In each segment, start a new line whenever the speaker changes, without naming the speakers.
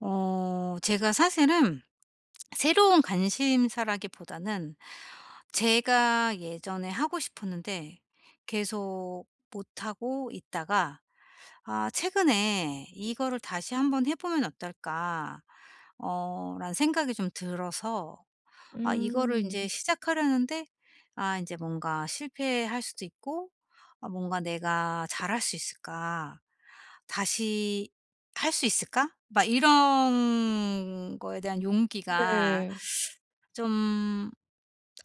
제가 사실은 새로운 관심사라기보다는, 제가 예전에 하고 싶었는데 계속 못하고 있다가, 최근에 '이거를 다시 한번 해 보면 어떨까?' 라는 생각이 좀 들어서, 이거를 이제
음.
시작하려는데 이제 뭔가 실패할 수도 있고, 뭔가 '내가 잘할 수 있을까? 다시 할 수 있을까?' 막 이런 거에 대한 용기가
네.
좀,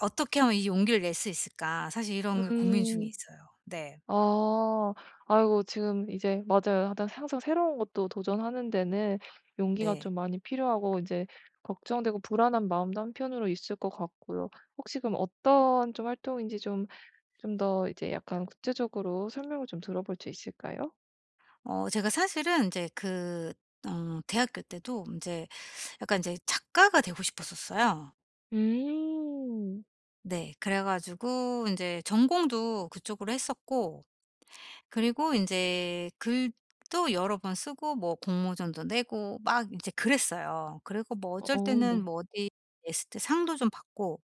'어떻게 하면 이 용기를 낼 수 있을까?' 사실 이런 게 고민 중에
음.
있어요. 네.
아. 아이고 지금 이제 맞아요. 하 항상 새로운 것도 도전하는 데는 용기가
네.
좀 많이 필요하고 이제 걱정되고 불안한 마음도 한편으로 있을 것 같고요. 혹시 그럼 어떤 좀 활동인지 좀 더 이제 약간 구체적으로 설명을 좀 들어볼 수 있을까요?
제가 사실은 이제 그, 대학교 때도 이제 약간 이제 작가가 되고 싶었었어요.
음.
네. 그래 가지고 이제 전공도 그쪽으로 했었고, 그리고 이제 글도 여러 번 쓰고 뭐 공모전도 내고 막 이제 그랬어요. 그리고 뭐 어쩔
어
때는
네.
뭐 어디 냈을 때 상도 좀 받고,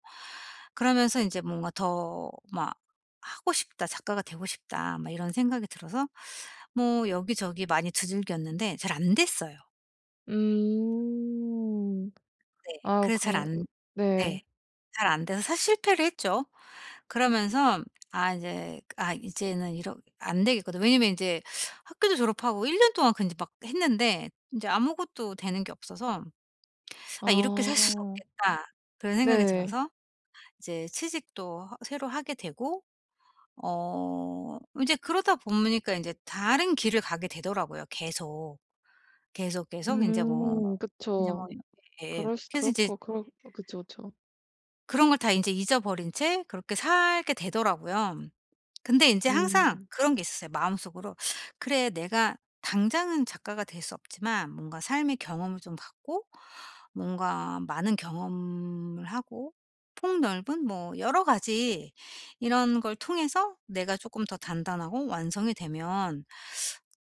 그러면서 이제 뭔가 더 막 '하고 싶다. 작가가 되고 싶다.' 막 이런 생각이 들어서 뭐 여기저기 많이 두들겼는데 잘 안 됐어요.
음. 아
그래서 잘
그런
안
네.
네. 잘 안 돼서 사실 실패를 했죠. 그러면서 이제는 이러 안 되겠거든. 왜냐면 인제 학교도 졸업하고 1년 동안 그 인제 막 했는데 인제 아무것도 되는 게 없어서, '아 이렇게 살 수는
아.
없겠다.' 그런 생각이
네.
들어서 이제 취직도 하 새로 하게 되고, 인제 그러다 보니까 인제 다른 길을 가게 되더라고요 계속. 계속, 계속 인제 뭐 인제 뭐
그쵸.
예예.
그럴 수
그래서
그럴
인제
거 그럴 그쵸, 그쵸.
그런 걸 다 인제 잊어버린 채 그렇게 살게 되더라고요. 근데 이제 항상
음.
그런 게 있었어요 마음속으로. '그래 내가 당장은 작가가 될 수 없지만 뭔가 삶의 경험을 좀 갖고 뭔가 많은 경험을 하고 폭넓은 뭐 여러 가지 이런 걸 통해서 내가 조금 더 단단하고 완성이 되면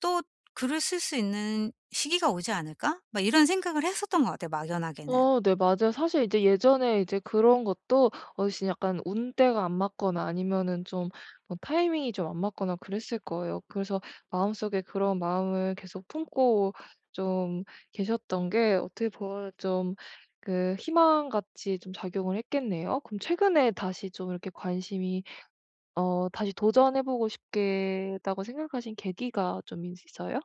또 글을 쓸 수 있는 시기가 오지 않을까?' 막 이런 생각을 했었던 것 같아요 막연하게는.
어 네 맞아요. 사실 이제 예전에 이제 그런 것도 어르신 약간 운때가 안 맞거나 아니면은 좀뭐 타이밍이 좀 안 맞거나 그랬을 거예요. 그래서 마음속에 그런 마음을 계속 품고 좀 계셨던 게 어떻게 보면 좀 그 희망같이 좀 작용을 했겠네요. 그럼 최근에 다시 좀 이렇게 관심이 다시 도전해 보고 싶겠다고 생각하신 계기가 좀있어요?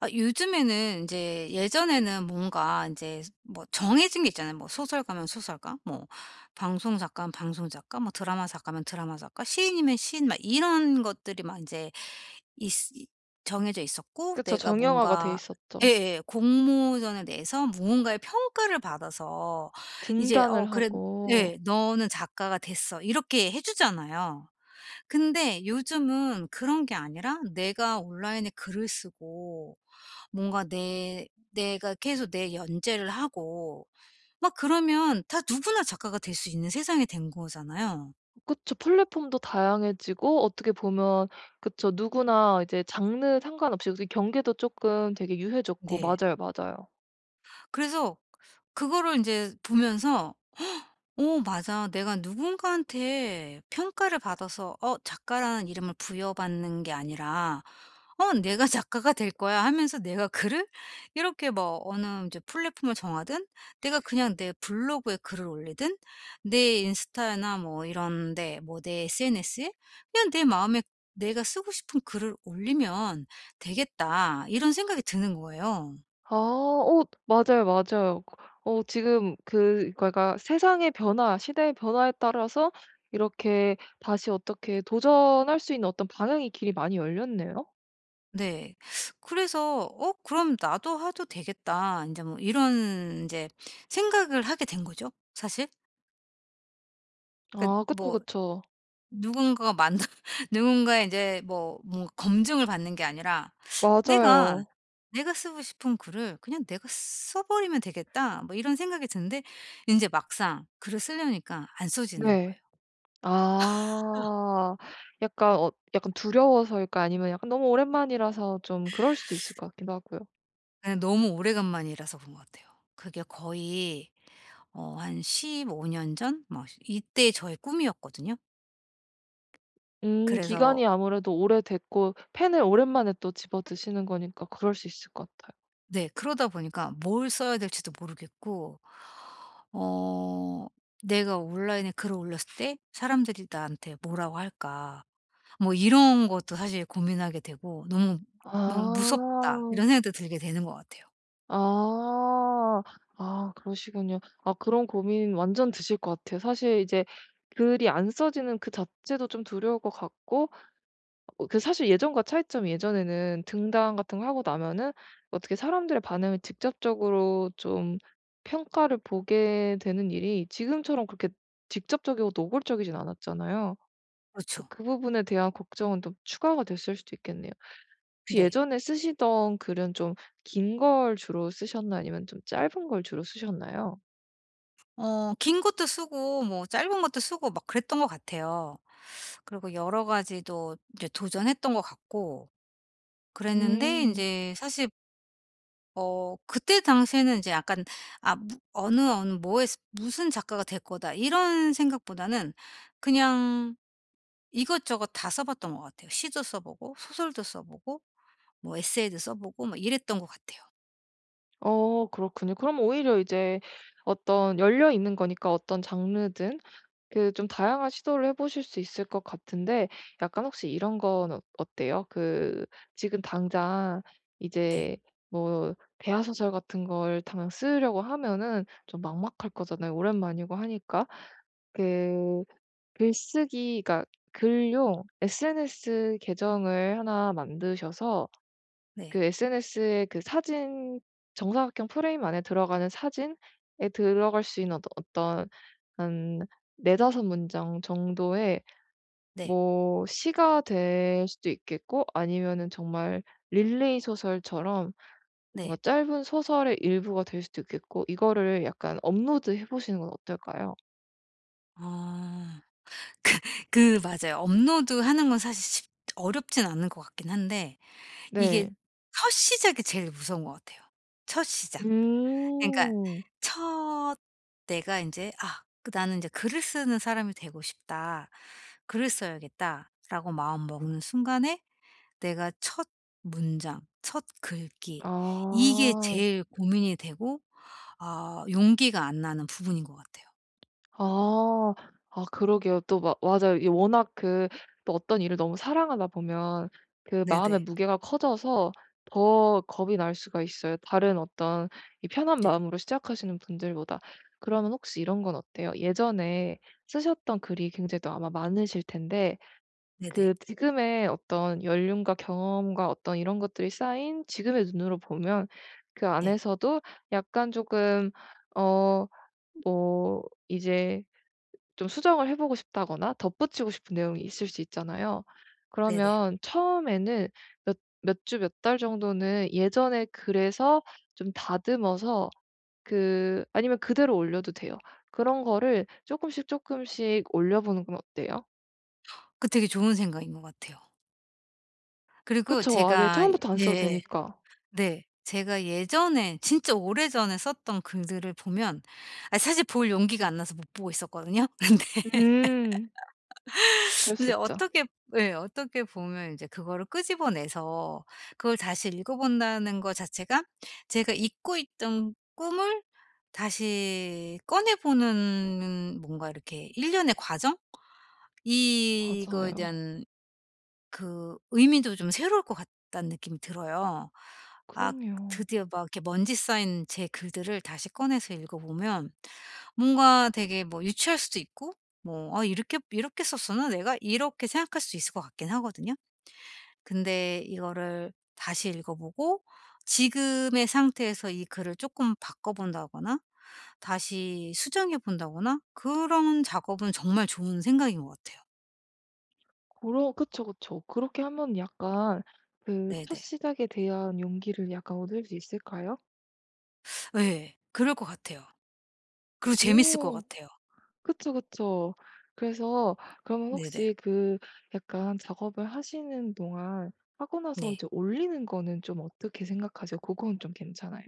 요즘에는 이제 예전에는 뭔가 이제 뭐 정해진 게 있잖아요. 뭐 소설가면 소설가, 뭐 방송작가면 방송작가, 뭐 드라마 작가면 드라마 작가, 시인이면 시인 막 이런 것들이 막 이제 있 정해져 있었고
그쵸.
내가
정형화가 돼
뭔가
있었죠.
예예. 공모전에 대해서 무언가의 평가를 받아서 이제
등단을
그래
하고
예 "너는 작가가 됐어." 이렇게 해 주잖아요. 근데 요즘은 그런 게 아니라 내가 온라인에 글을 쓰고 뭔가 내 내가 계속 내 연재를 하고 막 그러면 다 누구나 작가가 될 수 있는 세상이 된 거잖아요.
그쵸. 플랫폼도 다양해지고 어떻게 보면 그쵸. 누구나 이제 장르 상관없이 그 경계도 쪼끔 되게 유해졌고
네.
맞아요, 맞아요.
그래서 그거를 인제 보면서, '어 맞아. 내가 누군가한테 평가를 받아서 작가라는 이름을 부여받는 게 아니라 내가 작가가 될 거야.' 하면서 내가 글을 이렇게 뭐 어느 이제 플랫폼을 정하든, 내가 그냥 내 블로그에 글을 올리든, 내 인스타나 뭐 이런 데 뭐 내 SNS에 그냥 내 마음에 내가 쓰고 싶은 글을 올리면 되겠다.' 이런 생각이 드는 거예요.
아 어 맞아요, 맞아요. 어 지금 그 그러니까 세상의 변화, 시대의 변화에 따라서 이렇게 다시 어떻게 도전할 수 있는 어떤 방향의 길이 많이 열렸네요.
네. 그래서 '어 그럼 나도 해도 되겠다.' 인제 뭐 이런 인제 생각을 하게 된 거죠 사실. 그러니까
아 그쵸,
뭐
그쵸.
누군가가 만든 누군가의 인제 뭐 뭔가 검증을 받는 게 아니라, '내가,
맞아요.
내가 쓰고 싶은 글을 그냥 내가 써 버리면 되겠다.' 뭐 이런 생각이 드는데, 인제 막상 글을 쓰려니까 안 써지는 거예요.
네. 아. 약간 두려워서일까 아니면 약간 너무 오랜만이라서 좀 그럴 수도 있을 것 같기도 하고요.
그냥 너무 오래간만이라서 그런 것 같아요. 그게 거의 한 15년 전 막 이때 저의 꿈이었거든요. 그래서,
기간이 아무래도 오래됐고 펜을 오랜만에 또 집어드시는 거니까 그럴 수 있을 것 같아요.
네, 그러다 보니까 뭘 써야 될지도 모르겠고, 어 '내가 온라인에 글을 올렸을 때 사람들이 나한테 뭐라고 할까?' 뭐 이런 것도 사실 고민하게 되고, '너무
아.
너무 무섭다.' 이런 생각도 들게 되는 것 같아요.
아. 아 그러시군요. 아 그런 고민 완전 드실 것 같아요. 사실 이제 글이 안 써지는 그 자체도 좀 두려울 것 같고 그 사실 예전과 차이점이 예전에는 등단 같은 거 하고 나면은 어떻게 사람들의 반응을 직접적으로 좀 평가를 보게 되는 일이 지금처럼 그렇게 직접적이고 노골적이진 않았잖아요. 그
그렇죠.
그 부분에 대한 걱정은 좀 추가가 됐을 수도 있겠네요. 혹시
네.
예전에 쓰시던 글은 좀 긴 걸 주로 쓰셨나요? 아니면 좀 짧은 걸 주로 쓰셨나요?
긴 것도 쓰고 뭐 짧은 것도 쓰고 막 그랬던 것 같아요. 그리고 여러 가지도 이제 도전했던 것 같고, 그랬는데 이
음.
제 사실 그때 당시에는 이제 약간, '어느 뭐의 무슨 작가가 될 거다.' 이런 생각보다는 그냥 이것저것 다 써 봤던 것 같아요. 시도 써 보고 소설도 써 보고 뭐 에세이도 써 보고 뭐 이랬던 것 같아요.
어 그렇군요. 그럼 오히려 이제 어떤 열려 있는 거니까 어떤 장르든 그 좀 다양한 시도를 해 보실 수 있을 것 같은데 약간 혹시 이런 건 어때요? 그 지금 당장
네.
이제 뭐 대하소설 같은 걸 당장 쓰려고 하면은 좀 막막할 거잖아요, 오랜만이고 하니까. 그 글쓰기 가 글용 SNS 계정을 하나 만드셔서
네.
그 SNS에 그 사진 정사각형 프레임 안에 들어가는 사진에 들어갈 수 있는 어떤 한 4-5 문장 정도의
네.
뭐 시가 될 수도 있겠고 아니면은 정말 릴레이 소설처럼 뭔가
네.
짧은 소설의 일부가 될 수도 있겠고 이거를 약간 업로드해 보시는 건 어떨까요?
아. 그 맞아요. 업로드하는 건 사실 쉽 어렵진 않은 것 같긴 한데, 이게
네.
첫 시작이 제일 무서운 것 같아요. 첫 시작. 그러니까
음.
첫, 내가 인제 나는 인제 글을 쓰는 사람이 되고 싶다. 글을 써야겠다.'라고 마음먹는 순간에, 내가 첫 문장, 첫 글귀, 이게
아.
제일 고민이 되고 용기가 안 나는 부분인 것 같아요.
아. 아 그러게요. 또 마 맞아요. 이게 워낙 그 또 어떤 일을 너무 사랑하다 보면 그 마음의
네네.
무게가 커져서 더 겁이 날 수가 있어요, 다른 어떤 이 편한
네.
마음으로 시작하시는 분들보다. 그러면 혹시 이런 건 어때요? 예전에 쓰셨던 글이 굉장히 또 아마 많으실 텐데
네네.
그 지금의 어떤 연륜과 경험과 어떤 이런 것들이 쌓인 지금의 눈으로 보면 그
네.
안에서도 약간 조금 어 뭐 이제 좀 수정을 해 보고 싶다거나 덧붙이고 싶은 내용이 있을 수 있잖아요.
네네.
그러면 처음에는 몇 몇 주 몇 달 정도는 예전의 글에서 좀 다듬어서 그 아니면 그대로 올려도 돼요. 그런 거를 조금씩 조금씩 올려 보는 건 어때요?
그 되게 좋은 생각인 것 같아요. 그리고
그쵸. 아예
제가
처음부터 안 써도
예예.
되니까.
네. 제가 예전에 진짜 오래전에 썼던 글들을 보면, 사실 볼 용기가 안 나서 못 보고 있었거든요. 근데
음. 그럴 수
근데
있죠.
어떻게 예, 어떻게 보면 인제 그거를 끄집어내서 그걸 다시 읽어본다는 거 자체가 제가 잊고 있던 꿈을 다시 꺼내보는 뭔가 이렇게 일련의 과정? 이거에
맞아요.
대한 그 의미도 좀 새로울 것 같다는 느낌이 들어요. 아
그럼요.
드디어 막 이렇게 먼지 쌓인 제 글들을 다시 꺼내서 읽어보면 뭔가 되게 뭐 유치할 수도 있고, 뭐 이렇게 이렇게 썼었나 내가?' 이렇게 생각할 수 있을 것 같긴 하거든요. 근데 이거를 다시 읽어보고 지금의 상태에서 이 글을 조금 바꿔본다거나 다시 수정해 본다거나, 그런 작업은 정말 좋은 생각인 것 같아요.
그쵸, 그쵸. 그렇게 하면 약간 그 첫
네네.
시작에 대한 용기를 약간 얻을 수 있을까요?
예. 그럴 것 같아요. 그리고 재밌을 것
오.
같아요.
그쵸, 그쵸. 그래서 그러면
네네.
혹시 그 약간 작업을 하시는 동안 하고 나서
네.
이제 올리는 거는 좀 어떻게 생각하세요? 그건 좀 괜찮아요?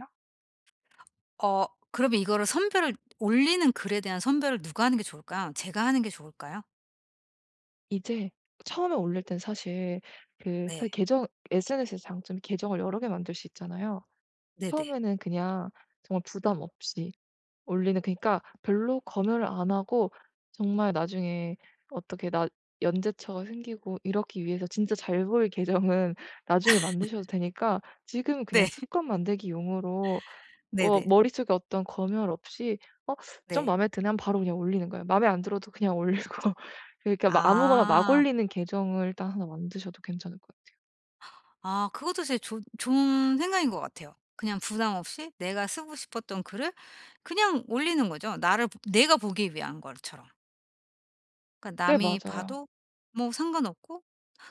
어 그러면 이거를 선별을, 올리는 글에 대한 선별을 누가 하는 게 좋을까요? 제가 하는 게 좋을까요?
이제 처음에 올릴 땐 사실 그 사실
네.
계정 SNS의 장점이 계정을 여러 개 만들 수 있잖아요.
네네. 네.
처음에는 그냥 정말 부담 없이 올리는 그니까 별로 검열을 안 하고 정말 나중에 어떻게 나 연재처가 생기고 이렇기 위해서 진짜 잘 보일 계정은 나중에 만드셔도 되니까 지금 그냥 습관 만들기 용으로
네네.
머릿속에 어떤 검열 없이 '어 좀
네.
마음에 드네.' 하면 바로 그냥 올리는 거예요. 마음에 안 들어도 그냥 올리고 그러니까 막 아무거나 막
아.
올리는 계정을 일단 하나 만드셔도 괜찮을 것 같아요.
그것도 제짜좋 좋은 생각인 것 같아요. 그냥 부담 없이 내가 쓰고 싶었던 글을 그냥 올리는 거죠. 나를 보 내가 보기 위한 것처럼. 그러니까
네
남이
맞아요.
봐도 뭐 상관없고,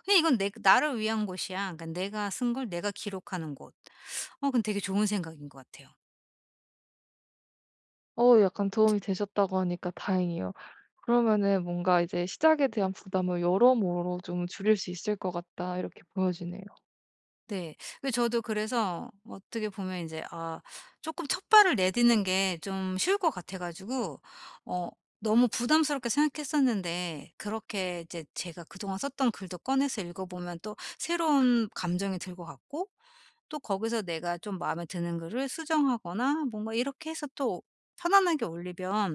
그냥 이건 내 나를 위한 곳이야. 그러니까 내가 쓴 걸 내가 기록하는 곳. 그건 되게 좋은 생각인 것 같아요.
약간 도움이 되셨다고 하니까 다행이에요. 그러면은 뭔가 이제 '시작에 대한 부담을 여러모로 좀 줄일 수 있을 것 같다.' 이렇게 보여지네요.
네. 그 저도 그래서 어떻게 보면 인제 쪼끔 첫발을 내딛는 게 좀 쉬울 것 같아 가지고, 어 너무 부담스럽게 생각했었는데, 그렇게 이제 제가 그동안 썼던 글도 꺼내서 읽어보면 또 새로운 감정이 들 것 같고, 또 거기서 내가 좀 마음에 드는 글을 수정하거나 뭔가 이렇게 해서 또 편안하게 올리면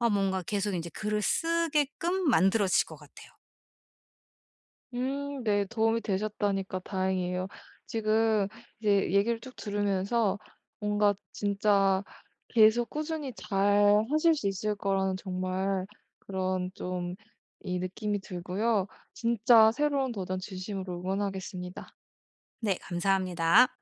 뭔가 계속 인제 글을 쓰게끔 만들어질 것 같아요.
네. 도움이 되셨다니까 다행이에요. 지금 이제 얘기를 쭉 들으면서 뭔가 진짜 계속 꾸준히 잘 하실 수 있을 거라는 정말 그런 좀 이 느낌이 들고요. 진짜 새로운 도전 진심으로 응원하겠습니다.
네, 감사합니다.